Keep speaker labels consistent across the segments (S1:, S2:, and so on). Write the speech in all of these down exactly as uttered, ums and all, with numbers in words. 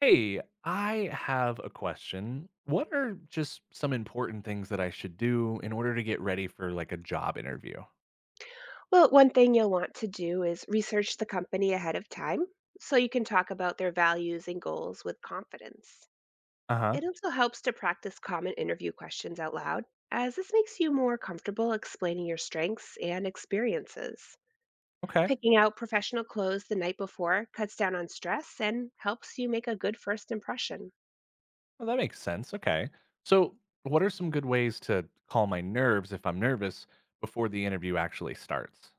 S1: Hey, I have a question. What are just some important things that I should do in order to get ready for like a job interview?
S2: Well, one thing you'll want to do is research the company ahead of time so you can talk about their values and goals with confidence.
S1: Uh huh.
S2: It also helps to practice common interview questions out loud, as this makes you more comfortable explaining your strengths and experiences.
S1: Okay.
S2: Picking out professional clothes the night before cuts down on stress and helps you make a good first impression.
S1: Well, that makes sense. Okay. So, what are some good ways to calm my nerves if I'm nervous before the interview actually starts?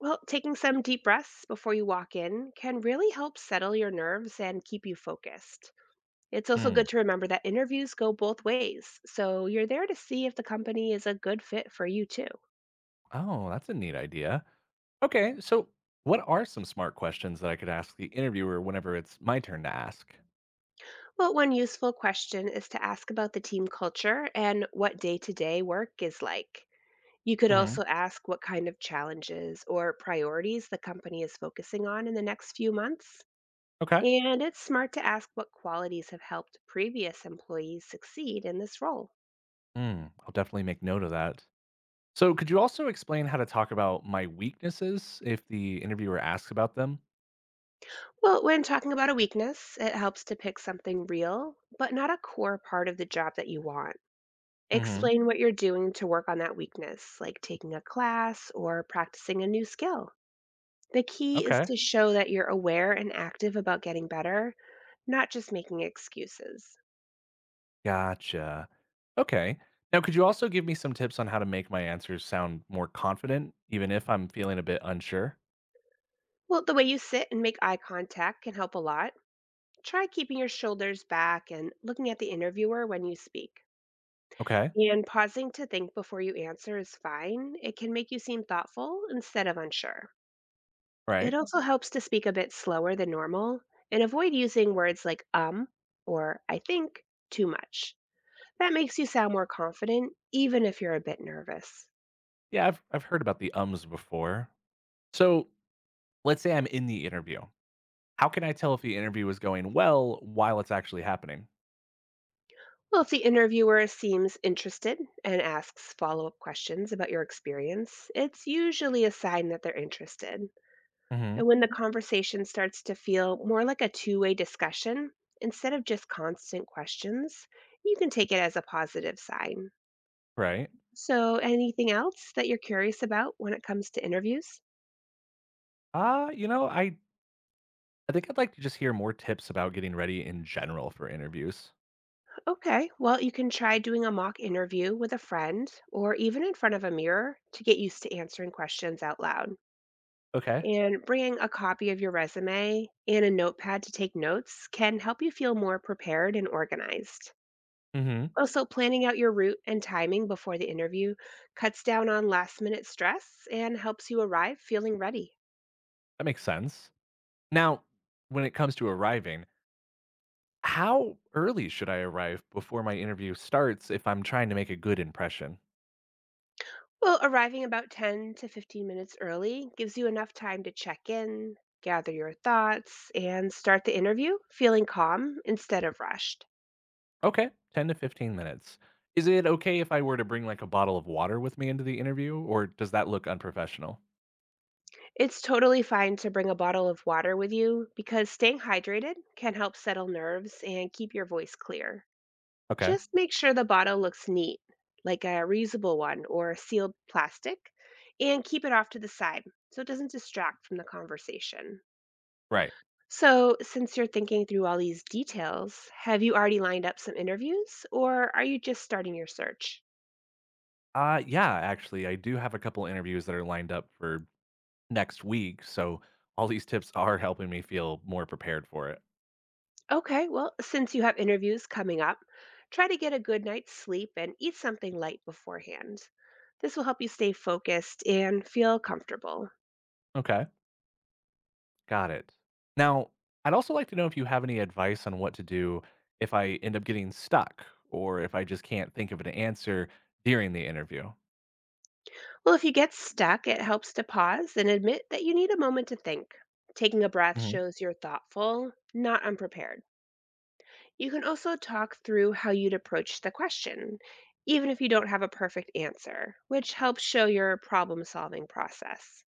S2: Well, taking some deep breaths before you walk in can really help settle your nerves and keep you focused. It's also
S1: Hmm.
S2: good to remember that interviews go both ways, so you're there to see if the company is a good fit for you too.
S1: Oh, that's a neat idea. Okay. So, what are some smart questions that I could ask the interviewer whenever it's my turn to ask?
S2: Well, one useful question is to ask about the team culture and what day to day work is like. You could
S1: Hmm.
S2: also ask what kind of challenges or priorities the company is focusing on in the next few months.
S1: Okay.
S2: And it's smart to ask what qualities have helped previous employees succeed in this role.
S1: Hmm. I'll definitely make note of that. So, could you also explain how to talk about my weaknesses if the interviewer asks about them?
S2: Well, when talking about a weakness, it helps to pick something real, but not a core part of the job that you want.
S1: Hmm.
S2: Explain what you're doing to work on that weakness, like taking a class or practicing a new skill. The key is
S1: Okay.
S2: to show that you're aware and active about getting better, not just making excuses.
S1: Gotcha. Okay. Now, could you also give me some tips on how to make my answers sound more confident, even if I'm feeling a bit unsure?
S2: Well, the way you sit and make eye contact can help a lot. Try keeping your shoulders back and looking at the interviewer when you speak.
S1: Okay.
S2: And pausing to think before you answer is fine. It can make you seem thoughtful instead of unsure. It
S1: Right.
S2: also helps to speak a bit slower than normal and avoid using words like um or I think too much. That makes you sound more confident, even if you're a bit nervous.
S1: Yeah, I've, I've heard about the ums before. So, let's say I'm in the interview. How can I tell if the interview is going well while it's actually happening?
S2: Well, if the interviewer seems interested and asks follow up questions about your experience, it's usually a sign that they're interested.
S1: Hmm.
S2: And when the conversation starts to feel more like a two way discussion instead of just constant questions, you can take it as a positive sign.
S1: Right.
S2: So, anything else that you're curious about when it comes to interviews?
S1: Uh, you know, I, I think I'd like to just hear more tips about getting ready in general for interviews.
S2: Okay, well, you can try doing a mock interview with a friend or even in front of a mirror to get used to answering questions out loud.
S1: Okay.
S2: And bringing a copy of your resume and a notepad to take notes can help you feel more prepared and organized.
S1: Hmm.
S2: Also, planning out your route and timing before the interview cuts down on last minute stress and helps you arrive feeling ready.
S1: That makes sense. Now, when it comes to arriving, how early should I arrive before my interview starts if I'm trying to make a good impression?
S2: Well, arriving about ten to fifteen minutes early gives you enough time to check in, gather your thoughts, and start the interview feeling calm instead of rushed.
S1: Okay, ten to fifteen minutes. Is it okay if I were to bring like a bottle of water with me into the interview, or does that look unprofessional?
S2: It's totally fine to bring a bottle of water with you because staying hydrated can help settle nerves and keep your voice clear.
S1: Okay,
S2: Just make sure the bottle looks neat, like a reusable one or sealed plastic, and keep it off to the side so it doesn't distract from the conversation.
S1: right.
S2: So, since you're thinking through all these details, have you already lined up some interviews or are you just starting your search?
S1: Uh, yeah, actually, I do have a couple interviews that are lined up for next week, so all these tips are helping me feel more prepared for it.
S2: Okay, well, since you have interviews coming up, try to get a good night's sleep and eat something light beforehand. This will help you stay focused and feel comfortable.
S1: Okay. Got it. Now, I'd also like to know if you have any advice on what to do if I end up getting stuck or if I just can't think of an answer during the interview.
S2: Well, if you get stuck, it helps to pause and admit that you need a moment to think. Taking a breath
S1: Hmm.
S2: shows you're thoughtful, not unprepared. You can also talk through how you'd approach the question, even if you don't have a perfect answer, which helps show your problem solving process.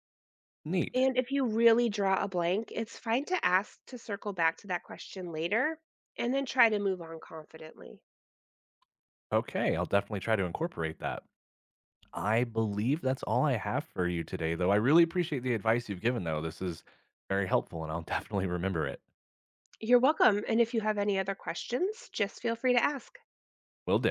S1: Neat.
S2: And if you really draw a blank, it's fine to ask to circle back to that question later and then try to move on confidently.
S1: Okay, I'll definitely try to incorporate that. I believe that's all I have for you today, though. I really appreciate the advice you've given, though. This is very helpful, and I'll definitely remember it.
S2: You're welcome. And if you have any other questions, just feel free to ask.
S1: Will do.